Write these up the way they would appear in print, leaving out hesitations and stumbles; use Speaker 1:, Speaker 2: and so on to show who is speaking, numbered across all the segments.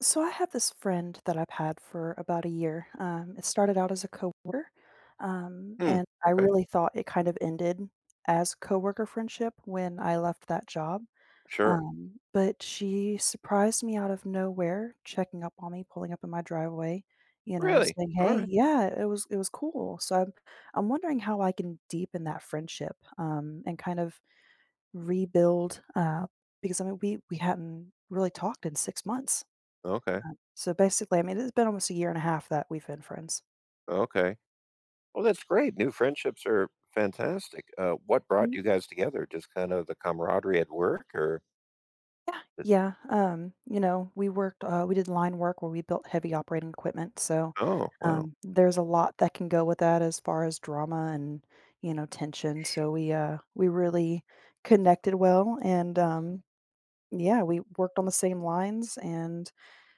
Speaker 1: So I have this friend that I've had for about a year. It started out as a coworker,
Speaker 2: Hmm.
Speaker 1: and I
Speaker 2: Okay.
Speaker 1: really thought it kind of ended as coworker friendship when I left that job.
Speaker 2: Sure.
Speaker 1: But she surprised me out of nowhere, checking up on me, pulling up in my driveway, you know,
Speaker 2: Really?
Speaker 1: saying, "Hey,
Speaker 2: Alright.
Speaker 1: yeah, it was cool." So I'm wondering how I can deepen that friendship and kind of rebuild because I mean we hadn't really talked in 6 months.
Speaker 2: Okay,
Speaker 1: So basically, I mean, it's been almost a year and a half that we've been friends.
Speaker 2: okay. Well, that's great. New friendships are fantastic. What brought
Speaker 1: Mhm.
Speaker 2: you guys together? Just kind of the camaraderie at work or?
Speaker 1: Yeah, yeah. You know, we worked, we did line work where we built heavy operating equipment. So
Speaker 2: Oh, wow.
Speaker 1: um, there's a lot that can go with that as far as drama and you know tension. So we really connected well, and yeah, we worked on the same lines. And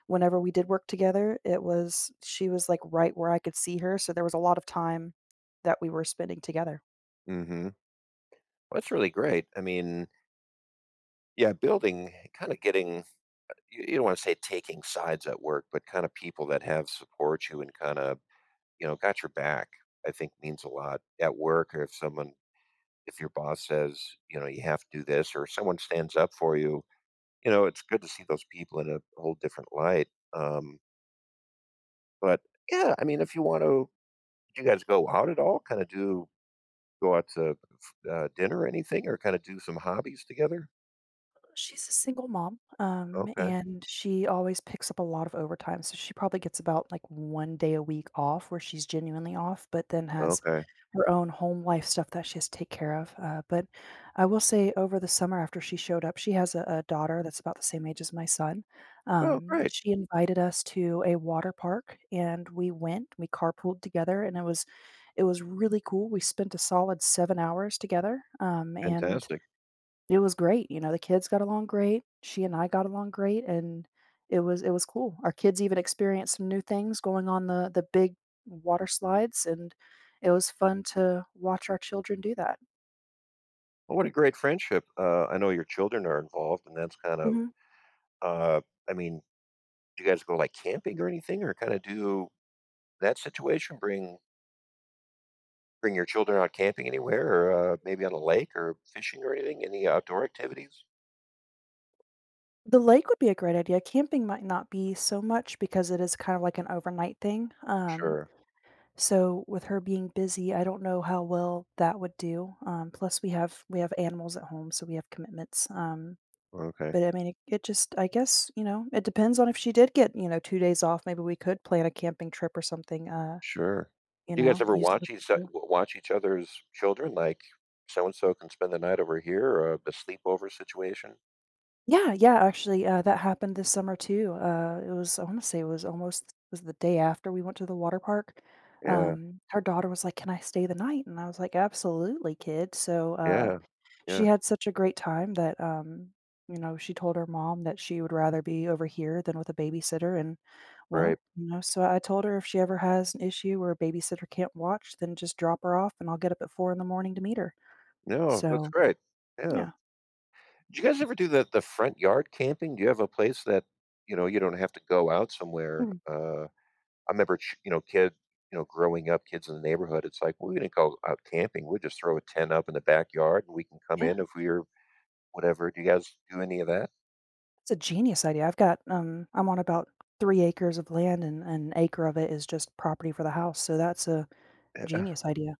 Speaker 1: whenever we did work together, it was she was like right where I could see her. So there was a lot of time that we were spending together.
Speaker 2: Mhm. That's really great. I mean, yeah, building, kinda getting, you don't wanna say taking sides at work, but kinda people that have support you and kinda, got your back, I think means a lot at work or if your boss says, "You have to do this," or someone stands up for you. It's good to see those people in a whole different light, um, but, yeah, I mean, if you wanna do you guys go out at all? Kinda do Go out to dinner or anything, or kinda do some hobbies together?
Speaker 1: She's a single mom, Mhm.
Speaker 2: Okay,
Speaker 1: and she always picks up a lot of overtime, so she probably gets about, like, 1 day a week off where she's genuinely off, but then has
Speaker 2: okay.
Speaker 1: her own home life stuff that she has to take care of, but I will say over the summer after she showed up she has a daughter that's about the same age as my son,
Speaker 2: Oh, great,
Speaker 1: she invited us to a water park, and we went, we carpooled together, and it was really cool. We spent a solid 7 hours together, and
Speaker 2: fantastic.
Speaker 1: it was great, you know, the kids got along great, she and I got along great, and it was cool. Our kids even experienced some new things going on the big water slides, and it was fun to watch our children do that.
Speaker 2: Well, what a great friendship. I know your children are involved, and that's kind of,
Speaker 1: Mhm.
Speaker 2: uh I mean, do you guys go, like, camping or anything, or kinda do that situation? Bring your children out camping anywhere or, maybe on a lake or fishing or anything? Any outdoor activities?
Speaker 1: The lake would be a great idea. Camping might not be so much because it is kind of like an overnight thing,
Speaker 2: Sure.
Speaker 1: so with her being busy, I don't know how well that would do, plus we have animals at home, so we have commitments,
Speaker 2: Okay,
Speaker 1: but, I mean, it just I guess, you know, it depends on if she did get, you know, 2 days off, maybe we could plan a camping trip or something,
Speaker 2: sure.
Speaker 1: you
Speaker 2: Do you guys
Speaker 1: know,
Speaker 2: ever
Speaker 1: use some
Speaker 2: watch each o
Speaker 1: PTO.
Speaker 2: w watch each other's children? Like, so and so can spend the night over here, or a sleepover situation?
Speaker 1: Yeah, yeah, actually, that happened this summer too. It was I wanna say it was almost it was the day after we went to the water park,
Speaker 2: Yeah,
Speaker 1: her daughter was like, "Can I stay the night?" And I was like, "Absolutely, kid."
Speaker 2: yeah,
Speaker 1: She
Speaker 2: yeah,
Speaker 1: had such a great time that, you know, she told her mom that she would rather be over here than with a babysitter, and, well,
Speaker 2: right.
Speaker 1: you know, so I told her if she ever has an issue where a babysitter can't watch, then just drop her off, and I'll get up at 4 in the morning to meet her.
Speaker 2: No, that's
Speaker 1: So,
Speaker 2: great. Yeah.
Speaker 1: yeah.
Speaker 2: Do you guys ever do the front yard camping? Do you have a place that, you don't have to go out somewhere?
Speaker 1: Mm.
Speaker 2: I remember, ch you know, kid you know, growing up, kids in the neighborhood, it's like, "Well, we didn't go out camping, we just throw a tent up in the backyard, and we can come
Speaker 1: Yeah,
Speaker 2: in if we're" whatever. Do you guys do any of that?
Speaker 1: it's a genius idea. I'm on about 3 acres of land, and an acre of it is just property for the house, so that's a genius idea.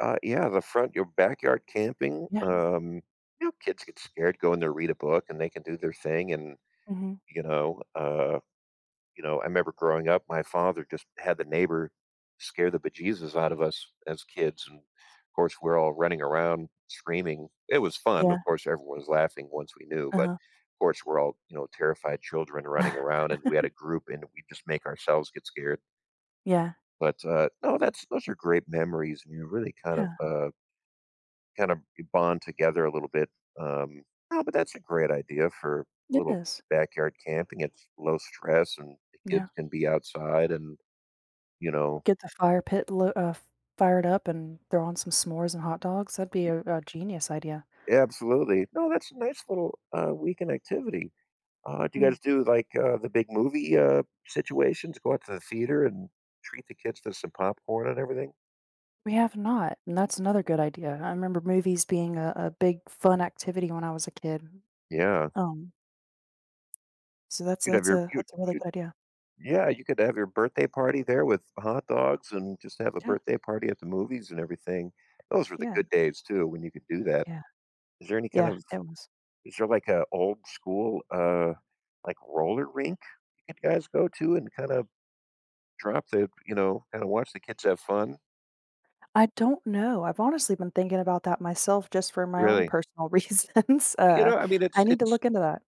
Speaker 2: Yeah, the front your backyard camping.
Speaker 1: Yeah.
Speaker 2: Kids get scared, go in there, read a book, and they can do their thing, and,
Speaker 1: Mhm.
Speaker 2: you know, uh, I remember growing up, my father just had the neighbor scare the bejesus out of us as kids, and, of course, we're all running around screaming. It was fun,
Speaker 1: Yeah.
Speaker 2: of course, everyone was laughing once we knew, but,
Speaker 1: Uh-huh.
Speaker 2: of course, we're all, terrified children running around, and we had a group, and we just make ourselves get scared,
Speaker 1: Yeah.
Speaker 2: but, no, that's those are great memories, and you really kind of,
Speaker 1: Yeah.
Speaker 2: uh kind of bond together a little bit. Um, oh, but that's a great idea for a
Speaker 1: It
Speaker 2: little
Speaker 1: is.
Speaker 2: backyard camping. It's low stress, and the
Speaker 1: Yeah.
Speaker 2: kids can be outside, and you know,
Speaker 1: Get the fire pit lo Fired up and throw on some s'mores and hot dogs, that'd be a genius idea.
Speaker 2: yeah, absolutely. No, that's a nice little weekend activity. Do you
Speaker 1: Mm,
Speaker 2: guys do like the big movie situations? Go out to the theater and treat the kids to some popcorn and everything.
Speaker 1: we have not, and that's another good idea. I remember movies being a big fun activity when I was a kid.
Speaker 2: Yeah,
Speaker 1: Um, so that's
Speaker 2: you'd have
Speaker 1: that's
Speaker 2: your
Speaker 1: a
Speaker 2: you
Speaker 1: that's a really good idea.
Speaker 2: Yeah, you could have your birthday party there with hot dogs and just have a
Speaker 1: Yeah,
Speaker 2: birthday party at the movies and everything. Those were the
Speaker 1: yeah,
Speaker 2: good days too when you could do that.
Speaker 1: yeah,
Speaker 2: Is there any kind
Speaker 1: yeah,
Speaker 2: of
Speaker 1: it was.
Speaker 2: Is there like a old school like roller rink you could guys go to and kind of drop the, you know, kind of watch the kids have fun?
Speaker 1: I don't know, I've honestly been thinking about that myself just for my own
Speaker 2: Really?
Speaker 1: personal reasons,
Speaker 2: I mean it's
Speaker 1: I need to
Speaker 2: it's
Speaker 1: look into that.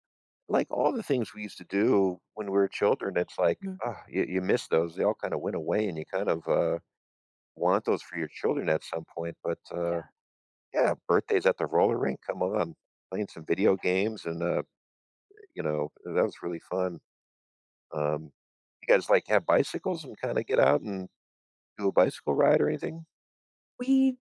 Speaker 2: like all the things we used to do when we were children, it's like
Speaker 1: Mhm,
Speaker 2: you miss those. They all kind of went away and you kind of want those for your children at some point, but
Speaker 1: yeah.
Speaker 2: yeah, birthdays at the roller rink, come on, playing some video games and, that was really fun. Um, you guys, like, have bicycles and kinda get out and do a bicycle ride or anything?
Speaker 1: We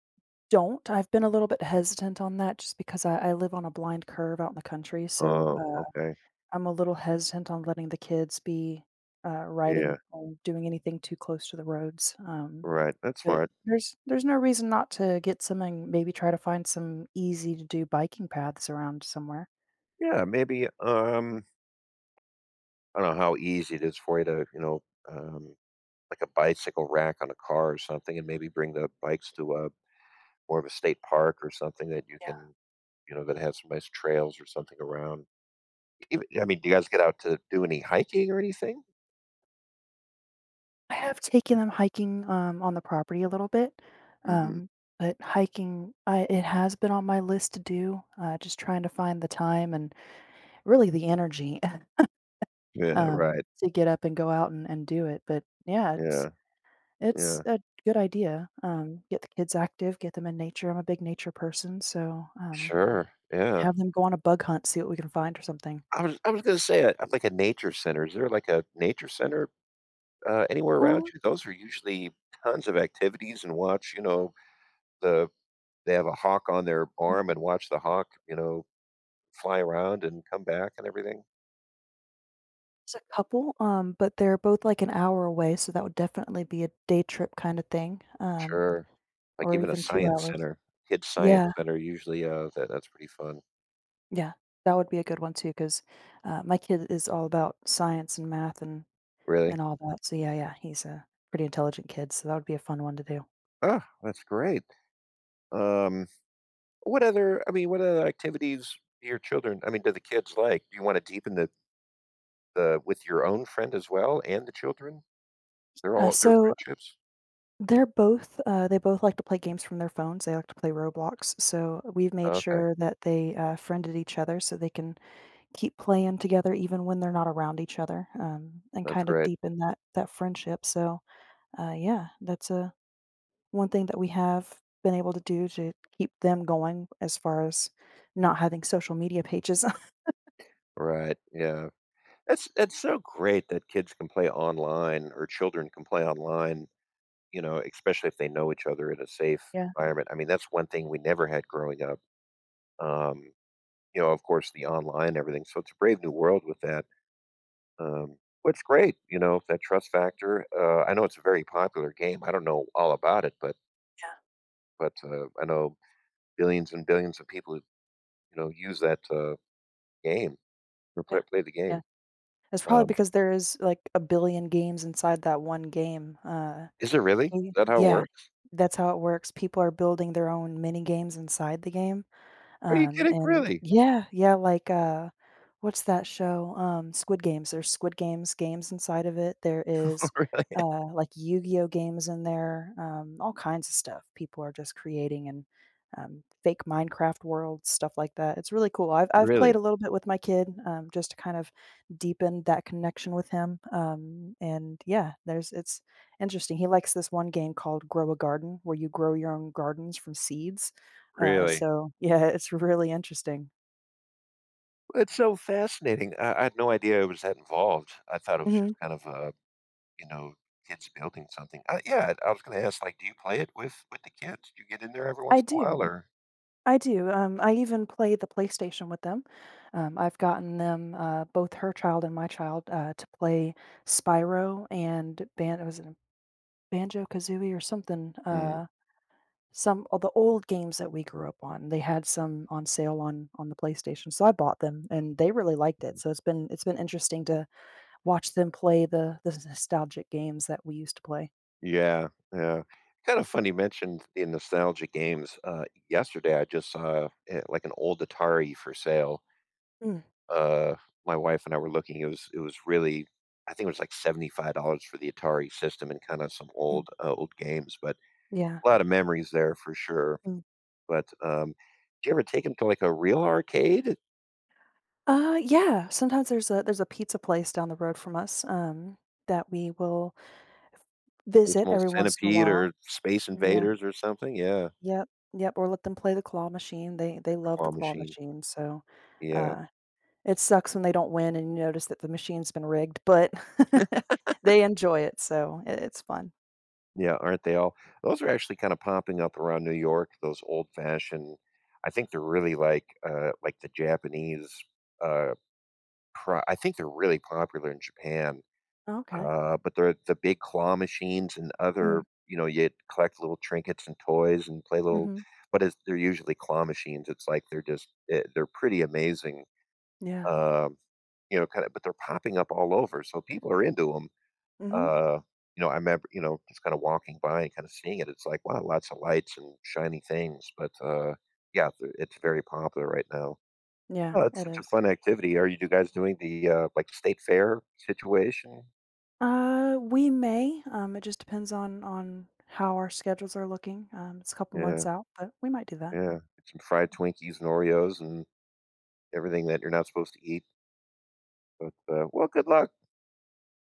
Speaker 1: Don't. I've been a little bit hesitant on that just because I live on a blind curve out in the country, so,
Speaker 2: Oh,
Speaker 1: uh,
Speaker 2: okay.
Speaker 1: I'm a little hesitant on letting the kids be,
Speaker 2: Yeah,
Speaker 1: riding or doing anything too close to the roads,
Speaker 2: right, that's
Speaker 1: but
Speaker 2: smart.
Speaker 1: there's no reason not to get some and maybe try to find some easy to do biking paths around somewhere.
Speaker 2: Yeah, maybe, I don't know how easy it is for you to, um, like a bicycle rack on a car or something and maybe bring the bikes to a more of a state park or something that you
Speaker 1: Yeah.
Speaker 2: can you know, that has some nice trails or something around. Even I mean, do you guys get out to do any hiking or anything?
Speaker 1: I have taken them hiking, on the property a little bit,
Speaker 2: Mhm.
Speaker 1: um, but hiking, I it has been on my list to do, just trying to find the time and really the energy
Speaker 2: Yeah, right.
Speaker 1: to get up and go out and do it. But yeah, it's
Speaker 2: Yeah,
Speaker 1: it's
Speaker 2: yeah.
Speaker 1: a good idea. Get the kids active, get them in nature. I'm a big nature person, so
Speaker 2: Sure, yeah.
Speaker 1: have them go on a bug hunt, see what we can find or something.
Speaker 2: I was gonna say it, I'm like a nature center. Is there like a nature center, anywhere around
Speaker 1: Um,
Speaker 2: you? Those are usually tons of activities and watch, the they have a hawk on their arm and watch the hawk, fly around and come back and everything.
Speaker 1: There's a couple, but they're both like an hour away, so that would definitely be a day trip kind of thing,
Speaker 2: Sure. Like
Speaker 1: or
Speaker 2: even a
Speaker 1: even two
Speaker 2: science
Speaker 1: hours.
Speaker 2: center, kids science
Speaker 1: Yeah,
Speaker 2: center usually, that's pretty fun.
Speaker 1: yeah, that would be a good one too, because my kid is all about science and math
Speaker 2: Really?
Speaker 1: and all that. So yeah, yeah, he's a pretty intelligent kid, so that would be a fun one to do.
Speaker 2: Oh, that's great. Um What other I mean, what other activities do your children I mean, do the kids like? Do you wanna deepen the with your own friend as well and the children? They're
Speaker 1: Uh,
Speaker 2: all their
Speaker 1: so
Speaker 2: friendships?
Speaker 1: they both like to play games from their phones. They like to play Roblox. So we've made
Speaker 2: Okay,
Speaker 1: sure that they friended each other so they can keep playing together even when they're not around each other, and
Speaker 2: that's
Speaker 1: kind of
Speaker 2: great.
Speaker 1: deepen that friendship. So yeah, that's a one thing that we have been able to do to keep them going as far as not having social media pages.
Speaker 2: Right, yeah. That's so great that kids can play online or children can play online, especially if they know each other in a safe
Speaker 1: yeah,
Speaker 2: environment. I mean, that's one thing we never had growing up. Um, of course, the online and everything, so it's a brave new world with that. Um, it's great, that trust factor. I know it's a very popular game. I don't know all about it, but
Speaker 1: yeah,
Speaker 2: I know billions and billions of people, use that game or
Speaker 1: yeah,
Speaker 2: play the
Speaker 1: yeah.
Speaker 2: game.
Speaker 1: It's probably
Speaker 2: Um,
Speaker 1: because there is like a billion games inside that one game.
Speaker 2: is it really? Is
Speaker 1: He
Speaker 2: that how it
Speaker 1: yeah,
Speaker 2: works?
Speaker 1: that's how it works. People are building their own mini games inside the game,
Speaker 2: Are you kidding?
Speaker 1: and
Speaker 2: Really?
Speaker 1: yeah, yeah, what's that show? Squid Games. There's Squid Games games inside of it. There is,
Speaker 2: Really?
Speaker 1: like Yu-Gi-Oh games in there. All kinds of stuff. People are just creating and fake Minecraft worlds, stuff like that. It's really cool. I've played
Speaker 2: Really?
Speaker 1: a little bit with my kid, just to kind of deepen that connection with him. And yeah, there's it's interesting. He likes this one game called Grow a Garden, where you grow your own gardens from seeds. Uh,
Speaker 2: Really?
Speaker 1: so yeah, it's really interesting.
Speaker 2: It's so fascinating. I had no idea it was that involved. I thought it was
Speaker 1: Mhm.
Speaker 2: just kind of you know, kids building something. Yeah, I was going to ask, like, do you play it with the kids? Do you get in there every
Speaker 1: I
Speaker 2: once in a
Speaker 1: do.
Speaker 2: while, or?
Speaker 1: I do. I even play the PlayStation with them. I've gotten them, both her child and my child, to play Spyro and Ban was it Banjo-Kazooie or something,
Speaker 2: Hmm.
Speaker 1: some of the old games that we grew up on. They had some on sale on the PlayStation, so I bought them, and they really liked it. So it's been interesting to watch them play the nostalgic games that we used to play.
Speaker 2: Yeah, yeah. Kind of funny you mentioned the nostalgia games. Yesterday, I just saw like an old Atari for sale.
Speaker 1: Mm,
Speaker 2: Uh, my wife and I were looking. It was really, I think it was like $75 for the Atari system and kind of some
Speaker 1: mm.
Speaker 2: old games. But
Speaker 1: Yeah.
Speaker 2: a lot of memories there for sure. But do you ever take them to like a real arcade?
Speaker 1: Yeah, sometimes there's a pizza place down the road from us, that we will
Speaker 2: Like
Speaker 1: visit
Speaker 2: some old
Speaker 1: every once in a
Speaker 2: Centipede
Speaker 1: while.
Speaker 2: or Space
Speaker 1: Yeah.
Speaker 2: Invaders or something? Yeah,
Speaker 1: Yep. Yep, or let them play the claw machine. They love the
Speaker 2: claw
Speaker 1: claw
Speaker 2: machine.
Speaker 1: machine, so,
Speaker 2: Yeah.
Speaker 1: uh, it sucks when they don't win and you notice that the machine's been rigged, but they enjoy it, so I it's fun.
Speaker 2: Yeah, aren't they all? Those are actually kind of popping up around New York, those old-fashioned I think they're really like the Japanese, uh, pro I think they're really popular in Japan,
Speaker 1: Okay.
Speaker 2: but they're the big claw machines and
Speaker 1: Mm,
Speaker 2: you collect little trinkets and toys and play little
Speaker 1: mhm.
Speaker 2: but it's they're usually claw machines, it's like they're just they're pretty amazing,
Speaker 1: Yeah.
Speaker 2: um, kinda but they're popping up all over, so people are into them.
Speaker 1: Mhm.
Speaker 2: Uh, I remember, just kind of walking by and kind of seeing it. It's like, wow, lots of lights and shiny things. But yeah, it's very popular right now.
Speaker 1: Yeah,
Speaker 2: Oh, it's
Speaker 1: it
Speaker 2: such a
Speaker 1: is.
Speaker 2: fun activity. Are you do guys doing the like state fair situation?
Speaker 1: We may, it just depends on how our schedules are looking, it's a couple
Speaker 2: Yeah,
Speaker 1: months out, but we might do that.
Speaker 2: yeah. Some fried Twinkies and Oreos and everything that you're not supposed to eat. But well, good luck.